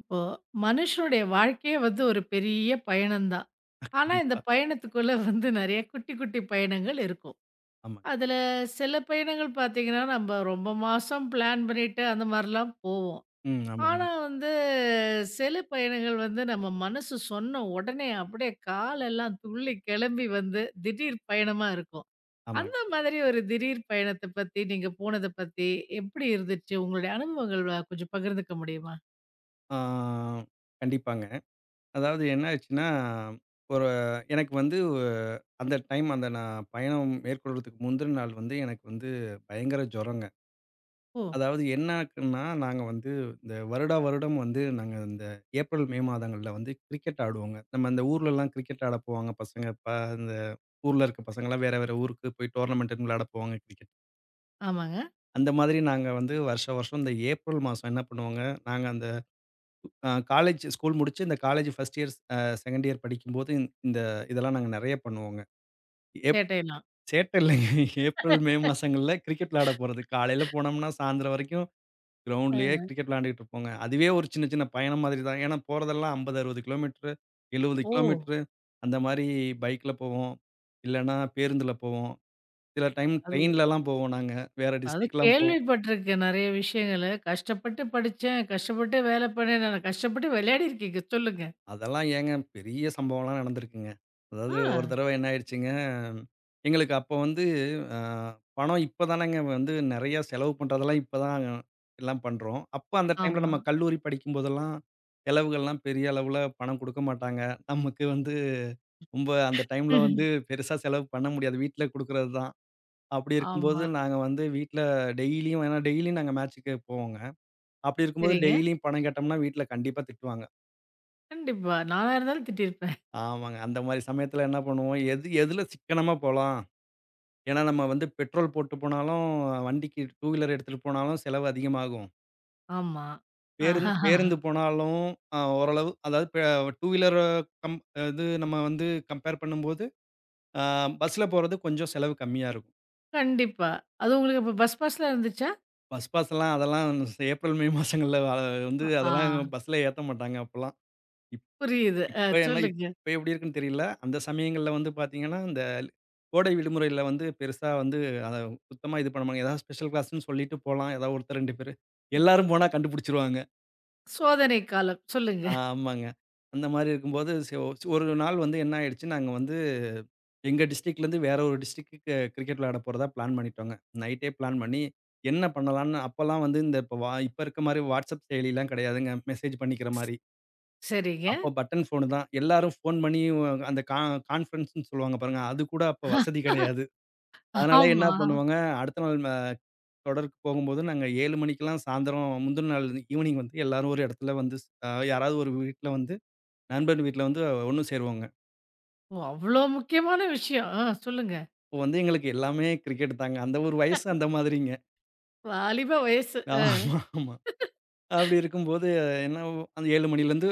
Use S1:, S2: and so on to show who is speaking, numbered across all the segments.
S1: இப்போ மனுஷனுடைய வாழ்க்கையே வந்து ஒரு பெரிய பயணம் தான். ஆனா, இந்த
S2: கண்டிப்பா.
S1: பயணத்துக்குள்ள வந்து நெறைய குட்டி, குட்டி பயணங்கள் இருக்கும்.
S2: ஆமா.
S1: அதுல சில பயணங்கள் பார்த்தீங்கன்னா, நம்ம ரொம்ப மாசம் பிளான் பண்ணிட்டு அந்த மாரிலாம் போவோம்.
S2: ம். ஆமாங்க.
S1: ஆனா வந்து சில பயணங்கள் வந்து நம்ம மனசு சொன்ன உடனே அப்படியே காலெல்லாம் துள்ளி கிளம்பி வந்து திடீர் பயணமா இருக்கும்.
S2: ஆமாங்க.
S1: அந்த மாதிரி ஒரு திடீர் பயணத்த பத்தி, நீங்க போனத பத்தி எப்படி இருந்துச்சு? உங்களுடைய அனுபவங்கள் கொஞ்சம் பகிர்ந்துக்க முடியுமா?
S2: ஆ கண்டிப்பாங்க. அதாவது என்ன ஆச்சுன்னா, ஒரு எனக்கு வந்து அந்த டைம் நான் பயணம் மேற்கொள்றதுக்கு முந்தின நாள் வந்து எனக்கு வந்து பயங்கர ஜுரங்க.
S1: ஓ!
S2: அதாவது என்ன ஆக்குன்னா, நாங்க வந்து இந்த வருடா வருடம் வந்து நாங்க இந்த ஏப்ரல், மே மாதங்கள்ல வந்து கிரிக்கெட் ஆடுவோங்க. நம்ம அந்த ஊர்லலாம் கிரிக்கெட் ஆட போவாங்க பசங்க. இந்த ஊர்ல இருக்க பசங்கலாம் வேற வேற ஊருக்கு போய் டோர்னமென்ட்ன்னு விளையாட போவாங்க கிரிக்கெட்.
S1: ஆமாங்க.
S2: அந்த மாதிரி நாங்க வந்து வருஷா வருஷம் இந்த ஏப்ரல் மாசம் என்ன பண்ணுவோங்க, நாங்க அந்த காலேஜ், ஸ்கூல் முடிச்சு இந்த college first year, second year படிக்கும்போது இந்த இந்த இதெல்லாம் நாங்க நெறைய பண்ணுவோங்க. ஏப்
S1: சேட்டையெல்லாம்.
S2: சேட்ட இல்லைங்க. ஏப்ரல், மே மாசங்கள்ல கிரிக்கெட் விளையாட போறது. காலையில போனோம்னா சாயந்தரம் வரைக்கும்
S1: அ
S2: கிரவுண்ட்லயே கிரிக்கெட் விளையாண்டுட்டு இருப்போங்க. அதுவே ஒரு சின்ன சின்ன பயணம் மாதிரி தான். ஏன்னா போறதெல்லாம் 50, 60 கிலோமீட்டர், 70
S1: ஓ!
S2: கிலோமீட்டர் அந்த மாரி பைக்ல போவோம். இல்லன்னா பேருந்துல போவோம். சில டைம்
S1: அது
S2: ட்ரெயின்லலாம் போவோம் நாங்க. வேற
S1: அது
S2: டிஸ்ட்ரிக்ட்லாம் போவோம்.
S1: கேள்விப்பட்டுருக்கேன் நெறைய விஷயங்கள. கஷ்டப்பட்டு படிச்சேன், கஷ்டப்பட்டு வேல பண்ணேன், நான் கஷ்டப்பட்டு விளையாடியிருக்கீங்க. சொல்லுங்க.
S2: அதெல்லாம் ஏங்க பெரிய சம்பவம்லாம் நடந்திருக்குங்க. அதாவது ஒரு
S1: ஆ.
S2: தடவ என்ன ஆயிடுச்சுங்க, எங்களுக்கு அப்போ வந்து அ பணம் இப்ப தானங்க வந்து நெறையா செலவு பண்றதெல்லாம் இப்ப தான் எல்லாம் பண்றோம். அப்ப அந்த டைம்ல
S1: ஆமா.
S2: நம்ம கல்லூரி படிக்கும்போதெல்லாம் செலவுகள்லாம் பெரிய அளவுல பணம் குடுக்க மாட்டாங்க. நமக்கு வந்து ரொம்ப அந்த டைம்ல வந்து பெருசா செலவு பண்ண முடியாது. வீட்ல குடுக்குறது தான். அப்படி இருக்கும்போது
S1: ஆமா.
S2: நாங்க வந்து வீட்ல டெய்லியும் ஏன்னா டெய்லியும் நாங்க மேட்ச்சுக்கு போவோங்க. அப்படி இருக்கும்போது
S1: சரிங்க.
S2: டெய்லியும் பணம் கேட்டோம்னா வீட்ல கண்டிப்பா திட்டுவாங்க.
S1: கண்டிப்பா. நானா இருந்தாலும் திட்டியிருப்பேன்.
S2: ஆமாங்க. அந்த மாரி சமயத்துல என்ன பண்ணுவோம், எது எதுல சிக்கனமா போலாம்? ஏன்னா, நம்ம வந்து பெட்ரோல் போட்டு போனாலும், வண்டிக்கு டூ வீலர் எடுத்துட்டு போனாலும் செலவு அதிகமாகும்.
S1: ஆமா.
S2: பேருந்து
S1: ஆஹாஹா.
S2: பேருந்து போனாலும் ஓரளவு அதாவது டூ வீலர் கம் இது நம்ம வந்து கம்பேர் பண்ணும்போது, அ பஸ்ல போறது கொஞ்சம் செலவு கம்மியா இருக்கும்.
S1: கண்டிப்பா. அது உங்களுக்கு அப்ப பஸ் பாஸ்லாம் இருந்துச்சா?
S2: பஸ் பாஸ்லாம் அதெல்லாம் ஏப்ரல், மே மாசங்கள்ல வந்து
S1: ஆ
S2: அதெல்லாம் பஸ்ல ஏத்த மாட்டாங்க அப்பலாம்.
S1: புரியுது. அ
S2: இப்ப என்ன
S1: சொல்லுங்க.
S2: இப்ப எப்படி இருக்குன்னு தெரியல. அந்த சமயங்கள்ல வந்து பார்த்தீங்கன்னா, அந்த கோடை விடுமுறையில வந்து பெருசா வந்து அத சுத்தமா இது பண்ண மாட்டாங்க. ஏதாவது ஸ்பெஷல் கிளாஸ்ன்னு சொல்லிட்டு போலாம். ஏதாவது ஒருத்தர் 2 பேரு.
S1: ஓ!
S2: எல்லாரும் போனா கண்டுபிடிச்சுருவாங்க.
S1: சோதனை காலம். சொல்லுங்க.
S2: ஆமாங்க. அந்த மாரி இருக்கும்போது ஒரு நாள் வந்து என்ன ஆயிடுச்சு, நாங்க வந்து எங்க டிஸ்ட்ரிக்ட்லேருந்து வேற ஒரு டிஸ்ட்ரிக்ட்க்கு கிரிக்கெட் விளையாட போறதா பிளான் பண்ணிட்டோங்க. நைட்டே பிளான் பண்ணி என்ன பண்ணலான்னு அப்பலாம் வந்து இந்த இப்ப இப்ப இருக்க மாரி வாட்ஸ்அப் செயலிலாம் கிடையாதுங்க. மெசேஜ் பண்ணிக்கிற மாரி.
S1: சரிங்க.
S2: அப்போ பட்டன் ஃபோனு தான். எல்லாரும் ஃபோன் பண்ணி அந்த கான்ஃபரன்ஸ்ன்னு சொல்லுவாங்க பாருங்க. அது கூட அப்ப வசதி கிடையாது. அதனால என்ன
S1: ஆமா.
S2: பண்ணுவாங்க, அடுத்த நாள் தொடருக்கு போகும்போது நாங்க 7 மணிக்கெல்லாம் சாயந்தரம் முந்தின நாள் ஈவினிங் வந்து எல்லாரும் ஒரு இடத்துல வந்து யாராவது ஒரு வீட்ல வந்து நண்பன் வீட்ல வந்து ஒண்ணு சேருவோங்க.
S1: ஓ! அவ்ளோ முக்கியமான விஷயம். ஆ சொல்லுங்க.
S2: அப்போ வந்து எங்களுக்கு எல்லாமே கிரிக்கெட் தாங்க. அந்த ஒரு வயசு அந்த மாதிரிங்க.
S1: வாலிப வயசு.
S2: ஆமா, ஆமா.
S1: அ
S2: அப்படி இருக்கும்போது என்ன அந்த 7 மணிலேருந்து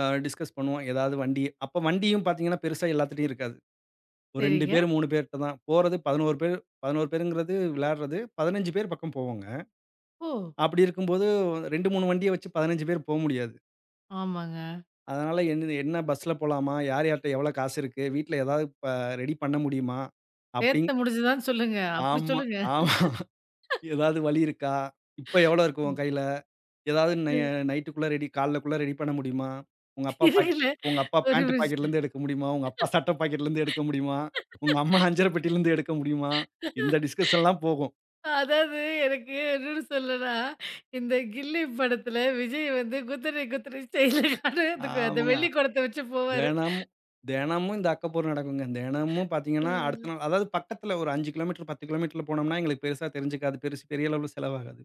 S2: டிஸ்கஸ் பண்ணுவோம். ஏதாவது வண்டி அப்ப வண்டியும் பார்த்தீங்கன்னா பெருசா எல்லாத்துட்டயும் இருக்காது. ஒரு 2
S1: சரிங்க.
S2: பேர், 3 பேர்ட்ட தான். போறது 11 பேர் 11 பேருங்கிறது விளையாடுறது. 15 பேர் பக்கம் போவோங்க.
S1: ஓ!
S2: அப்படி இருக்கும்போது 2, 3 வண்டிய வச்சு 15 பேர் போ முடியாது.
S1: ஆமாங்க.
S2: அதனால என்னது என்ன பஸ்ல போலாமா? யார் யார்ட்ட எவ்வளோ காசு இருக்கு? வீட்ல ஏதாவது ரெடி பண்ண முடியுமா? அப்படிங்
S1: சேர்த்த முடிஞ்சதான்னு சொல்லுங்க. அப்படி
S2: ஆமா,
S1: சொல்லுங்க.
S2: ஆமா. ஏதாவது வழி இருக்கா? இப்ப எவ்வளோ இருக்கு உன் கையில? ஏதாவது நைட்டுக்குள்ள ரெடி காலைலக்குள்ள ரெடி பண்ண முடியுமா? உங்க அப்பா பாக்
S1: இருங்கள
S2: உங்க அப்பா
S1: ஒரு
S2: பேண்ட்
S1: நிமிஷம்.
S2: பாக்கெட்லேருந்து எடுக்க முடியுமா? உங்க அப்பா சட்ட பாக்கெட்லேருந்து எடுக்க முடியுமா? உங்க அம்மா அஞ்சர பெட்டியிலேருந்து எடுக்க முடியுமா? இந்த டிஸ்கஷன்லாம் போகும்.
S1: அதாவது எனக்கு என்னன்னு சொல்லனா, இந்த கில்லி படத்துல விஜய் வந்து குதிரை குதிரை ஸ்டைல்ல அதுக்கு அந்த
S2: ஆமாங்க.
S1: வெள்ளி குடத்த வச்சு போவாரு.
S2: தினமும் தினமும் இந்த அக்கப்போர் நடக்குங்க. தினமும் பார்த்தீங்கன்னா, அடுத்த
S1: ம்.
S2: நாள் அதாவது பக்கத்துல ஒரு 5 கிலோமீட்டர், 10 கிலோமீட்டர்ல போனோம்னா, எங்களுக்கு பெருசா தெரிஞ்சுக்காது. பெருசு பெரிய அளவுல செலவாகாது.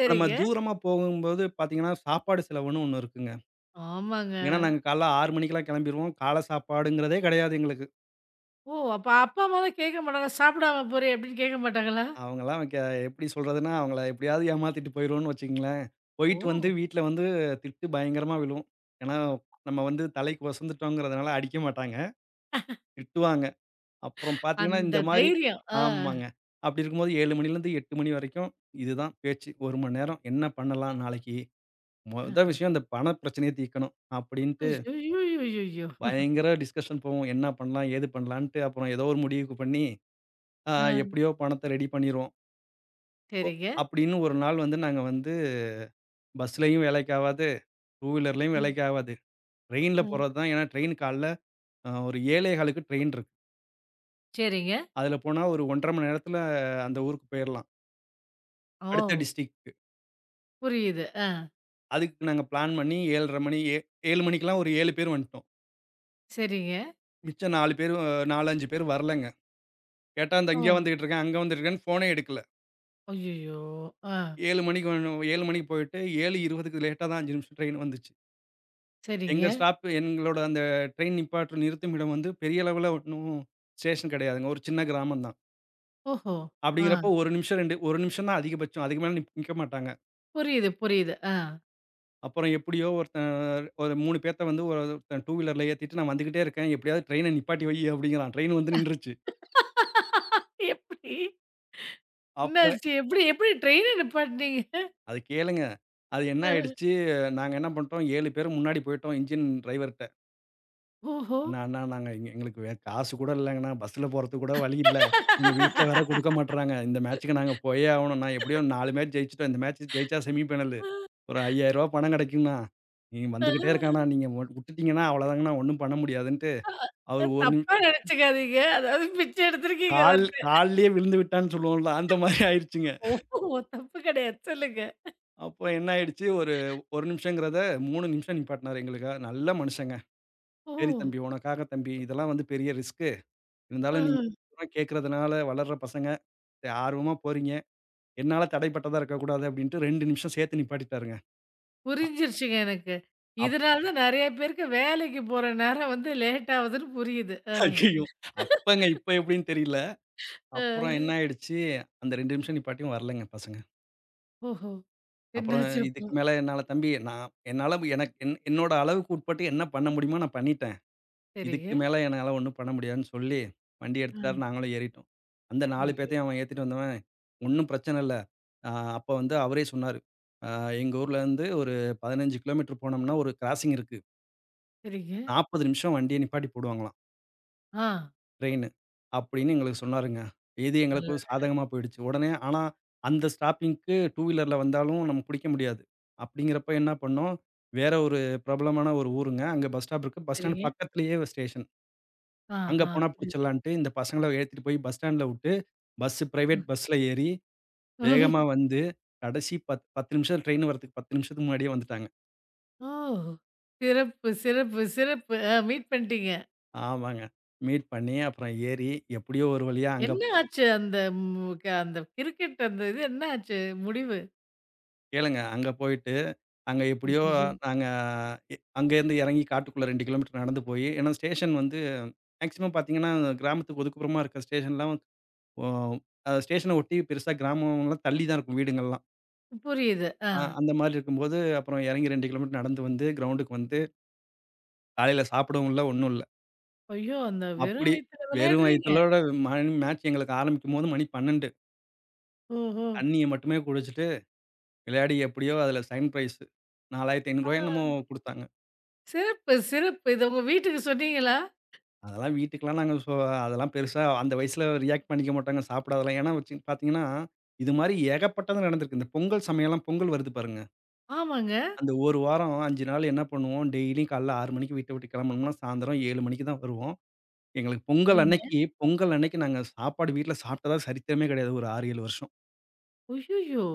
S2: இப்ப நம்ம தூரமா போகும்போது பார்த்தீங்கன்னா, சாப்பாடு செலவுன்னு ஒண்ணு இருக்குங்க.
S1: ஆமாங்க.
S2: ஏன்னா, நாங்க காலைல 6 மணிக்கெல்லாம் கெளம்பிருவோம். காலை சாப்பாடுங்கிறதே கெடையாது எங்களுக்கு.
S1: ஓ! அப்ப அப்பா அம்மாலாம் கேட்க மாட்டாங்க. "சாப்பிடாம போறியா?" அப்படின்னு கேட்க மாட்டாங்களா?
S2: அவங்கலாம் கெ எப்படி சொல்றதுன்னா, அவங்கள எப்படியாவது ஏமாத்திட்டு போயிருவோம்னு வச்சுக்கங்களேன்.
S1: ஓ!
S2: போயிட்டு வந்து வீட்ல வந்து திட்டு பயங்கரமா விழும். ஏன்னா, நம்ம வந்து தலைக்கு வசந்துட்டோங்கிறதுனால அடிக்க மாட்டாங்க. திட்டுவாங்க. அப்புறம் பார்த்தீங்கன்னா,
S1: அந்த
S2: இந்த மாரி
S1: தைரியம். ஆ.
S2: ஆமாங்க. அப்படி இருக்கும்போது 7 மணிலேருந்து 8 மணி வரைக்கும் இதுதான் பேச்சு. 1 மணி நேரம் என்ன பண்ணலாம் நாளைக்கு? மொத விஷயம் இந்த பண பிரச்சனைய தீர்க்கணும் அப்படின்ட்டு
S1: ஐய்யய்யய்யய்யோ!
S2: பயங்கர டிஸ்கஷன் போவோம். என்ன பண்ணலாம்? ஏது பண்ணலான்ட்டு அப்புறம் ஏதோ ஒரு முடிவுக்கு பண்ணி, அ
S1: ஆ.
S2: எப்படியோ பணத்த ரெடி பண்ணிருவோம். ஒ
S1: சரிங்க.
S2: அப்படின்னு ஒரு நாள் வந்து நாங்க வந்து பஸ்லயும் வேலைக்கு ஆவாது, டூ வீலர்லயும்
S1: ம்.
S2: வேலைக்கு ஆவாது. ட்ரெயின்ல
S1: ம்.
S2: போறது தான். ஏன்னா ட்ரெயின் காலைல ஒரு 7:15க்கு ட்ரெயின் இருக்கு.
S1: சரிங்க.
S2: அதுல போனா ஒரு 1 1/2 மணி நேரத்துல அந்த ஊருக்கு போயிரலாம். அடுத்த
S1: ஓ!
S2: டிஸ்ட்ரிக்ட்.
S1: புரியுது. ஆ.
S2: அதுக்கு நாங்க பிளான் பண்ணி 7:30 மணி, 7 மணிக்கெல்லாம் ஒரு 7 பேர் வந்துட்டோம்.
S1: சரிங்க.
S2: மிச்சம் 4 பேர் 4, 5 பேர் வரலங்க. கேட்டா இந்த
S1: ஆ.
S2: இங்க வந்துகிட்டு இருக்கேன், அங்க வந்துட்டு இருக்கேன்னு ஃபோனே எடுக்கல.
S1: ஐய்யய்யோ! ஆ.
S2: 7 மணிக்கு வ 7 மணிக்கு போயிட்டு 7:20க்கு லேட்டா தான் 5 நிமிஷம் ட்ரெயின் வந்துச்சு.
S1: சரிங்க.
S2: எங்களோட அந்த ட்ரெயின் நிறுத்துமிடம் வந்து பெரிய அளவுல ஒண்ணும் ஸ்டேஷன் கிடையாதுங்க. ஒரு சின்ன கிராமம் தான்.
S1: ஓஹோ! ஆ.
S2: அப்படிங்கிறப்போ 1 நிமிஷம் தான் அதிகபட்சம். அதுக்கு மேல நிக்க மாட்டாங்க.
S1: புரியுது, புரியுது. ஆ.
S2: அப்புறம் எப்படியோ ஒருத்தன் ஒரு 3 பேத்த வந்து ஒருத்தன் டூ வீலர்ல ஏத்திட்டு நான் வந்துகிட்டே இருக்கேன். எப்படியாவது ட்ரெயின நிப்பாட்டி அப்படிங்கிறான். ட்ரெயின் வந்து நின்றுச்சு.
S1: எப்படி?
S2: அப்புறம்
S1: என்னாச்சு? எப்படி எப்படி ட்ரெயின நிப்பாட்னீங்க?
S2: அது கேளுங்க. அது என்ன
S1: அ.
S2: ஆயிடுச்சு, நாங்க என்ன பண்ணிட்டோம் 7 பேரு முன்னாடி போயிட்டோம் இன்ஜின் டிரைவர்ட்ட.
S1: ஓஹோ!
S2: "அண்ணா, அண்ணா நாங்க எங்களுக்கு காசு கூட இல்லங்கண்ணா. பஸ்ல போறதுக்கு கூட வழி இல்ல. எங்க வீட்ல வேற குடுக்க மாட்றாங்க. இந்த மேட்ச்சுக்கு நாங்க போயே ஆகணும்ண்ணா. எப்படியோ 4 மேட்ச் ஜெயிச்சுட்டோம். இந்த மேட்ச் ஜெயிச்சா செமி ஃபைனலு. ஒரு ரூ. 5000 பணம் கிடைக்கும்ண்ணா. இவன் வந்துகிட்டே இருக்கான்ண்ணா. நீங்க வுட்டுட்டீங்கன்னா அவ்வளோதாங்கண்ணா. ஒண்ணும் பண்ண முடியாதுன்ட்டு".
S1: அ
S2: அவரு ஒரு நிமி
S1: தப்பா நெனச்சுக்காதீங்க. அதாவது பிச்சை எடுத்திருக்கீங்க
S2: கால்
S1: அவர்ட்ட.
S2: கால்லயே விழுந்து விட்டான்னு சொல்லுவோம்ல, அந்த மாரி ஆயிடுச்சுங்க.
S1: ஓ! தப்பு கெடையாது. சொல்லுங்க.
S2: அப்போ என்ன ஆயிடுச்சு, ஒரு 1 நிமிஷங்கிறத 3 நிமிஷம் நிப்பாட்டினாரு எங்களுக்காக. நல்ல மனுஷங்க.
S1: ஓ!
S2: சரி தம்பி, உனக்காக தம்பி. இதெல்லாம் வந்து பெரிய ரிஸ்க்கு.
S1: ஆ.
S2: இருந்தாலும் நீங்க கேட்கறதுனால வளர்ற பசங்க சரி, ஆர்வமா போறீங்க. என்னால தடைப்பட்டதா இருக்கக்கூடாது அப்டின்ட்டு 2 நிமிஷம் சேத்து நிப்பாட்டிட்டாருங்க. அ
S1: புரிஞ்சிருச்சுங்க எனக்கு.
S2: அப்
S1: இதனால தான் நெறைய பேருக்கு வேலைக்கு போற நேரம் வந்து லேட் ஆவுதுன்னு புரியுது. அ.
S2: ஐயயோ! அப்பங்க இப்ப எப்டின்னு தெரியல. அப்புறம் என்ன
S1: அ.
S2: ஆயிடுச்சு, அந்த 2 நிமிஷம் நிப்பாட்டியும் வரலங்க பசங்க.
S1: ஓஹோ!
S2: அப்புறம்
S1: என்னாச்சு
S2: இதுக்கு
S1: அப்புறம்?
S2: மேல என்னால தம்பி நான் என்னால எனக்கு என் என்னோட அளவுக்கு உட்பட்டு என்ன பண்ண முடியுமோ நான் பண்ணிட்டேன்.
S1: சரிங்க.
S2: இதுக்கு மேல என்னால ஒண்ணும் பண்ண முடியாதுன்னு சொல்லி, வண்டி
S1: அ.
S2: எடுத்துட்டாரு. நாங்களும் ஏறிட்டோம். அந்த 4
S1: ஐயோ!
S2: பேத்தையும் அவன் ஏத்திட்டு வந்தவன், ஒண்ணும் பிரச்சனை இல்ல. அ அப்ப வந்து அவரே சொன்னாரு. அ எங்க ஊர்லருந்து ஒரு 15 கிலோமீட்டர் போனோம்னா ஒரு கிராசிங் இருக்கு.
S1: சரிங்க.
S2: 40 நிமிஷம் வண்டிய நிப்பாட்டி போடுவாங்களாம்,
S1: ஆ.
S2: ட்ரெயினு. அப்படின்னு எங்களுக்கு சொன்னாருங்க. இது எங்களுக்கு
S1: நல்லா
S2: சாதகமா போயிடுச்சு. உடனே ஆனா அந்த ஸ்டாப்பிங்க்கு டூ வீலர்ல வந்தாலும் நம்ம பிடிக்க முடியாது. அப்படிங்கிறப்ப என்ன பண்ணோம், வேற ஒரு பிரபலமான ஒரு ஊருங்க. அங்க பஸ் ஸ்டாப் இருக்கு. பஸ் ஸ்டாண்ட்
S1: சரிங்க.
S2: பக்கத்திலேயே ஸ்டேஷன். அங்க
S1: ஆஹா!
S2: போனா
S1: புரியுது.
S2: புடிச்சிடலான்ட்டு, இந்த பசங்கள ஏத்திட்டு போய் பஸ் ஸ்டாண்ட்ல வுட்டு,
S1: ம்.
S2: பிரைவேட் பஸ்ல ஏறி, வேகமா
S1: ம்.
S2: வந்து, கடைசி பத் 10 நிமிஷம் ட்ரெயின் வரதுக்கு 10 நிமிஷத்துக்கு முன்னாடியே வந்துட்டாங்க.
S1: ஓ! சிறப்பு, சிறப்பு, சிறப்பு. அ மீட் பண்ணிட்டீங்க.
S2: ஆமாங்க. மீட் பண்ணி, அப்புறம் ஏறி, எப்படியோ ஒரு வழியா அங்க
S1: என்ன ஆச்சு அந்த மு க அந்த கிரிக்கெட் அந்த இது என்ன ஆச்சு முடிவு?
S2: கேளுங்க, அங்க போயிட்டு, அங்க எப்படியோ
S1: ஐயய்யோ!
S2: நாங்க அங்கேருந்து எறங்கி காட்டுக்குள்ள 2 கிலோமீட்டர் நடந்து போயி, ஏன்னா ஸ்டேஷன் வந்து மேக்ஸிமம் பாத்தீங்கன்னா, கிராமத்துக்கு ஒதுக்குப்புறமா இருக்க ஸ்டேஷன்லாம், ஓ அ ஸ்டேஷன ஒட்டி பெருசா கிராமம்லாம் தள்ளி தான் இருக்கும் வீடுங்கள்லாம்.
S1: புரியுது. ஆ.
S2: அந்த மாரி இருக்கும்போது, அப்புறம் இறங்கி 2 கிலோமீட்டர் நடந்து வந்து கிரவுண்டுக்கு வந்து, காலையில சாப்பிடவும் இல்ல, ஒண்ணும் இல்ல.
S1: ஐயோ! அந்த வெறும்
S2: அப்படி
S1: வயித்துல
S2: வெறும்
S1: விளையாடுறீங்க?
S2: வயித்தோட மேட்ச் எங்களுக்கு ஆரம்பிக்கும்போது மணி 12.
S1: ஓஹோ!
S2: தண்ணிய மட்டுமே குடிச்சுட்டு, விளையாடி எப்படியோ அதில செகண்ட் பிரைஸ் ரூ.
S1: ஆ.
S2: 4,500 என்னமோ குடுத்தாங்க.
S1: சிறப்பு, சிறப்பு. இத உங்க வீட்டுக்கு சொன்னீங்களா?
S2: அதெல்லாம் வீட்டுக்கெல்லாம் நாங்க சொ அதெல்லாம் பெருசா அந்த வயசுல ரியாக்ட் பண்ணிக்க மாட்டாங்க, சாப்பிடாதெல்லாம். ஏன்னா வச்சு பார்த்தீங்கன்னா, இது மாரி ஏகப்பட்டது நடந்திருக்கு. இந்த பொங்கல் சமயம்லாம் பொங்கல் வருது பாருங்க.
S1: ஆமாங்க.
S2: அந்த ஒரு வாரம் 5 நாள் என்ன பண்ணுவோம், டெய்லியும் காலையில 6 மணிக்கு வீட்ட விட்டு கிளம்பணும்னா, சாயந்தரம் 7 மணிக்கு தான் வருவோம். எங்களுக்கு
S1: சரிங்க.
S2: பொங்கல் அன்னைக்கு நாங்க சாப்பாடு வீட்ல சாப்பிட்டதா சரித்திரமே கிடையாது. ஒரு 6, 7 வருஷம்.
S1: அய்யய்யோ!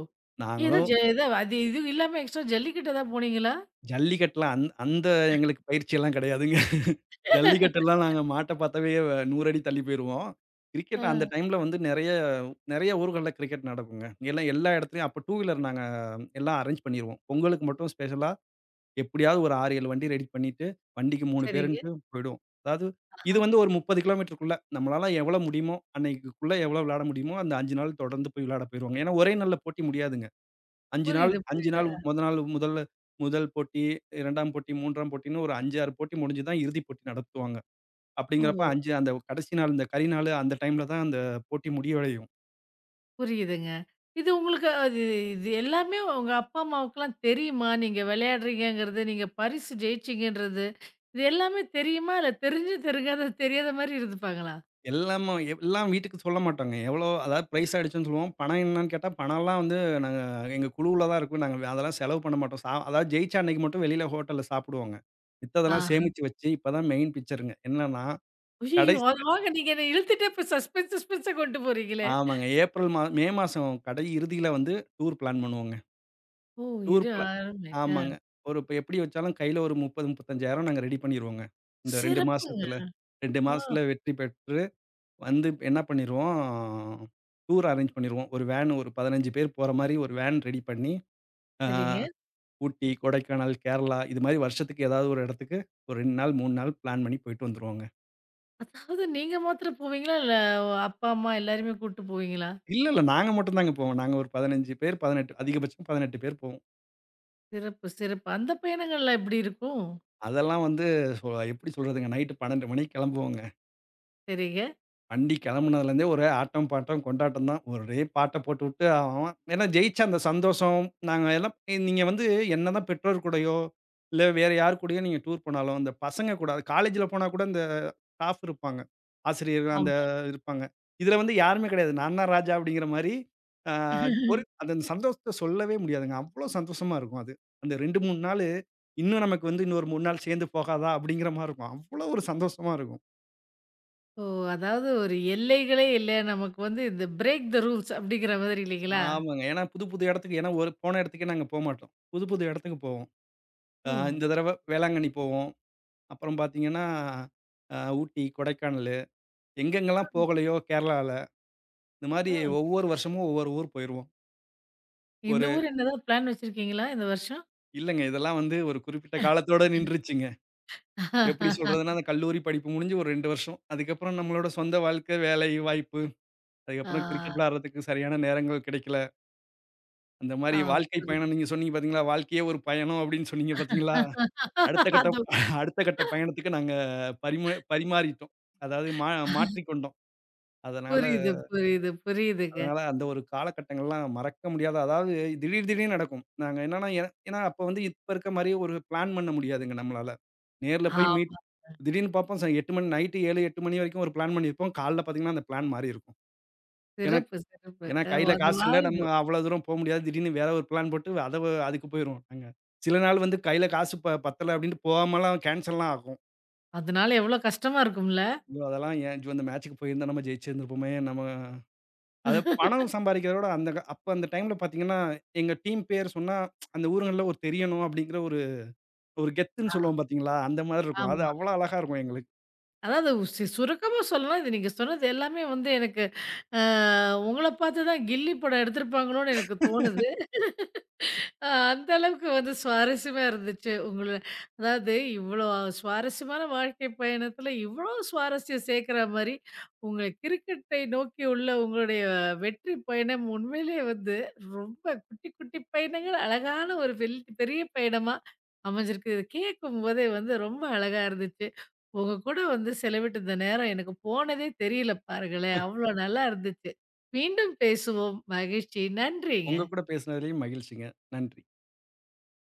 S1: ஏதோ
S2: நாங்களும்
S1: ஜ ஏதோ அது இது இல்லாம எக்ஸ்ட்ரா ஜல்லிக்கட்டு ஏதாவது போனீங்களா?
S2: ஜல்லிக்கட்டுலாம் அந்த எங்களுக்கு பயிற்சியெல்லாம் கிடையாதுங்க. ஜல்லிக்கட்டெல்லாம் நாங்க மாட்ட பார்த்தாவே 100 அடி தள்ளி போயிருவோம்.
S1: ஆ
S2: கிரிக்கெட் அந்த டைம்ல வந்து நெறைய நெறைய ஊர்கள்ல கிரிக்கெட் நடக்குங்க. எல்லா இடத்துலயும் அப்ப டூ வீலர் நாங்க எல்லாம் அரேஞ்ச் பண்ணிருவோம். பொங்கலுக்கு மட்டும் ஸ்பெஷலா எப்படியாவது ஒரு 6, 7 வண்டி ரெடி பண்ணிட்டு, வண்டிக்கு 3
S1: சரிங்க.
S2: பேருன்ட்டு போயிடுவோம். அதாவது இது
S1: ஆ
S2: வந்து ஒரு 30 கிலோமீட்டருக்குள்ள. நம்மளால எவ்வளோ முடியுமோ, அன்னைக்குள்ள எவ்வளோ விளையாட முடியுமோ, அந்த 5 நாள் தொடர்ந்து போய் விளையாட போயிருவாங்க. ஏன்னா ஒரே நாள்ல போட்டி முடியாதுங்க.
S1: புரியுது,
S2: 5
S1: புரியுது.
S2: நாள் மொத நாள் முதல்ல முதல் போட்டி, 2ஆம் போட்டி, 3ஆம் போட்டின்னு ஒரு 5, 6 போட்டி முடிஞ்சு தான் இறுதிப் போட்டி நடத்துவாங்க.
S1: ஓ!
S2: அப்படிங்கிறப்ப 5 அந்த கடைசி நாள் இந்த கரி நாளு அந்த டைம்ல தான் அந்த போட்டி முடிவடையும்.
S1: புரியுதுங்க. இது உங்களுக்கு அது இது எல்லாமே உங்க அப்பா, அம்மாவுக்குலாம் தெரியுமா? நீங்க விளையாடுறீங்கங்கிறது, நீங்க பரிசு ஜெயிச்சீங்கன்றது, இது எல்லாமே தெரியுமா? இல்ல தெரிஞ்சும் தெரியாத தெரியாத மாரி இருந்துப்பாங்களா?
S2: எல்லாம் வீட்டுக்கு சொல்ல மாட்டோங்க. எவ்வளோ அதாவது பிரைஸ் ஆயிடுச்சுன்னு சொல்லுவோம். பணம் என்னன்னு கேட்டா, பணம்லாம் வந்து நாங்க எங்க குழுவுல தான் இருக்கும். நாங்க அதெல்லாம் செலவு பண்ண மாட்டோம். அதாவது ஜெயிச்சா அன்னைக்கு மட்டும் வெளியில ஹோட்டல்ல சாப்பிடுவோங்க. மித்ததெல்லாம்
S1: ஆஹா!
S2: சேமிச்சு வச்சு இப்பதான் மெயின் பிக்சருங்க. என்னன்னா,
S1: அய்யய்யோ!
S2: கடைசி
S1: அது வாங்க நீங்க என்ன இழுத்துட்டே இப்ப சஸ்பென்ஸ் சஸ்பென்ஸா கொண்டு போறீங்களே!
S2: ஆமாங்க. ஏப்ரல் மா மே மாசம் இறுதியில வந்து டூர் பிளான் பண்ணுவோங்க.
S1: ஓ!
S2: டூர்
S1: இரு
S2: பிளா
S1: அருமை.
S2: ஆமாங்க. இப்ப எப்படி வச்சாலும் கையில ஒரு 30, 35,000 நாங்க ரெடி பண்ணிருவோங்க. இந்த 2
S1: சிறப்புங்க.
S2: மாசத்துல 2
S1: ஆ,
S2: மாசத்துல வெற்றி பெற்று வந்து என்ன பண்ணிருவோம், டூர் அரேஞ்ச் பண்ணிருவோம். ஒரு 15 பேர் போற மாரி ஒரு வேன் ரெடி பண்ணி, அ
S1: சரிங்க.
S2: ஊட்டி, கொடைக்கானல், கேரளா இது மாரி வருஷத்துக்கு ஏதாவது ஒரு இடத்துக்கு ஒரு 2 நாள், 3 நாள் பிளான் பண்ணி போயிட்டு வந்துருவோங்க.
S1: அதாவது நீங்க மாத்திரம் போவீங்களா? இல்ல அப்பா, அம்மா எல்லாரையுமே கூட்டு போவீங்களா?
S2: இல்ல, இல்ல நாங்க மட்டும் தாங்க போவோம். நாங்க ஒரு 15 பேர், 18 பேர் போவோம்.
S1: சிறப்பு, சிறப்பு. அந்த பயணங்கள்லாம் எப்படி இருக்கும்?
S2: அதெல்லாம் வந்து சொ எப்படி சொல்றதுங்க நைட்டு 12 மணிக்கு கிளம்புவோங்க.
S1: சரிங்க.
S2: வண்டி கிளம்புனதுலேருந்தே ஒரே ஆட்டம், பாட்டம், கொண்டாட்டம் தான். ஒரே பாட்ட போட்டுவுட்டு அவன் ஏன்னா ஜெயிச்ச அந்த சந்தோஷம், நாங்க எல்லாம் நீங்க வந்து என்னதான் பெற்றோர் கூடயோ, இல்ல வேற யார் கூடயோ நீங்க டூர் போனாலும், அந்த பசங்க கூட அது காலேஜ்ல போனா கூட இந்த ஸ்டாஃப் இருப்பாங்க. ஆசிரியர் அந்த
S1: ஆமா.
S2: இருப்பாங்க. இதுல வந்து யாருமே கிடையாது. நான் தான் ராஜா அப்படிங்கிற மாரி, ஆ ஒரு அந்த சந்தோஷத்த சொல்லவே முடியாதுங்க. அவ்வளோ சந்தோஷமா இருக்கும் அது. அந்த 2, 3 நாளு, இன்னும் நமக்கு வந்து இன்னொரு 3 நாள் சேர்ந்து போகாதா அப்படிங்கிற மாரி இருக்கும். அவ்வளோ ஒரு சந்தோஷமா இருக்கும்.
S1: ஓ! அதாவது ஒரு எல்லைகளே இல்ல. நமக்கு வந்து இந்த பிரேக் த ரூல்ஸ் அப்படிங்கிற மாதிரி இல்லைங்களா?
S2: ஆமாங்க. ஏன்னா புது புது இடத்துக்கு ஏன்னா ஒரு போன இடத்துக்கே நாங்க போமாட்டோம். புது புது இடத்துக்கு போவோம்.
S1: ஓ!
S2: அ இந்த தடவ வேளாங்கண்ணி போவோம். அப்புறம் பார்த்தீங்கன்னா, அ ஊட்டி, கொடைக்கானலு எங்கெங்கலாம் போகலையோ கேரளால, இந்த மாரி
S1: ஆ.
S2: ஒவ்வொரு வருஷமும் ஒவ்வொரு ஊர் போயிருவோம்.
S1: இந்த
S2: ஒரு
S1: ஊர் என்னதான் பிளான் வச்சிருக்கீங்களா இந்த வருஷம்?
S2: இல்லங்க இதெல்லாம் வந்து ஒரு குறிப்பிட்ட காலத்தோட நின்றுச்சுங்க. எப்படி சொல்றதுன்னா, அந்த கல்லூரி படிப்பு முடிஞ்சு ஒரு 2 வருஷம். அதுக்கப்புறம் நம்மளோட சொந்த வாழ்க்கை, வேலை வாய்ப்பு, அதுக்கப்புறம் கிரிக்கெட்
S1: ஆ,
S2: விளையாடுறதுக்கு சரியான நேரங்கள் கிடைக்கல. அந்த மாரி
S1: ஆ
S2: வாழ்க்கை பயணம்
S1: புரியுது.
S2: நீங்க சொன்னீங்க பார்த்தீங்களா? வாழ்க்கையே ஒரு பயணம் அப்படின்னு சொன்னீங்க பார்த்தீங்களா? அடுத்த கட்ட
S1: அது
S2: அடுத்த கட்ட பயணத்துக்கு நாங்க பரிமாறிட்டோம். அதாவது மா மாற்றிக்கொண்டோம். அதனால
S1: புரியுது, புரியுது, புரியுதுங்க.
S2: அதனால அந்த ஒரு காலகட்டங்கள்லாம் மறக்க முடியாத அதாவது திடீர்னு நடக்கும். நாங்க என்னன்னா ஏ ஏன்னா அப்ப வந்து இப்ப இருக்க மாரி ஒரு பிளான் பண்ண முடியாதுங்க நம்மளால. நேர்ல போய் மீட்
S1: ஆமா.
S2: திடீர்னு பார்ப்போம் ச 8 மணி நைட்டு 7, 8 மணி வரைக்கும் ஒரு பிளான் பண்ணியிருப்போம். காலைல பார்த்தீங்கன்னா அந்த பிளான் மாறி இருக்கும். ஏன்னா
S1: சிறப்பு, சிறப்பு.
S2: ஏன்னா கையில
S1: அது
S2: காசு இல்ல.
S1: மாரி
S2: நம்ம அவ்வளோ தூரம் போ முடியாது. திடீர்னு வேற ஒரு பிளான் போட்டு அதுக்கு போயிருவோம் நாங்க. சில நாள் வந்து கையில காசு பத்தல அப்டின்ட்டு போகாமலாம் கேன்சல்லாம் ஆகும்.
S1: அதனால எவ்வளோ கஷ்டமா இருக்கும்ல?
S2: ஐயோ! அதெல்லாம் ஏன் அந்த மேட்ச்சுக்கு போயிருந்தா நம்ம ஜெயிச்சிருந்திருப்போமே! நம்ம அத பணம் சம்பாரிக்கிறத விட அந்த க அப்ப அந்த டைம்ல பார்த்தீங்கன்னா, எங்க டீம் பேர் சொன்னா, அந்த ஊருங்கள்ல ஒரு தெரியணும் அப்டிங்கிற ஒரு ஒரு கெத்துன்னு
S1: ஆ,
S2: சொல்லுவோம் பார்த்தீங்களா? அந்த மாதிரி இருக்கும். அது
S1: ஆமா.
S2: அவ்வளோ அழகா இருக்கும் எங்களுக்கு.
S1: அதாவது சுருக்கமா சொல்லணும்னா, இது நீங்க சொன்னது எல்லாமே வந்து எனக்கு அ உங்கள பார்த்து தான் கில்லி படம் எடுத்திருப்பாங்களோன்னு எனக்கு தோணுது. அ அந்த அளவுக்கு வந்து சுவாரஸ்யமா இருந்துச்சு. உங்கள அதாவது இவ்வளோ சுவாரஸ்யமான வாழ்க்கை பயணத்தில, இவ்வளோ சுவாரஸ்யம் சேர்க்கிற மாரி, உங்க கிரிக்கெட்டை நோக்கி உள்ள உங்களுடைய வெற்றி பயணம் உண்மையிலேயே வந்து ரொம்ப குட்டி குட்டி பயணங்கள் அழகான ஒரு வெல் பெரிய பயணமா அமைஞ்சிருக்கு. இத கேட்கும்போதே வந்து ரொம்ப அழகா இருந்துச்சு. உங்க கூட வந்து செலவிட்ட இந்த நேரம் எனக்கு போனதே தெரியல பாருங்களேன்! அவ்வளோ நல்லா இருந்துச்சு. மீண்டும் பேசுவோம். மகிழ்ச்சி.
S2: உங்க
S1: நன்றிங்க.
S2: கூட பேசுனதுலயும் மகிழ்ச்சிங்க. நன்றி.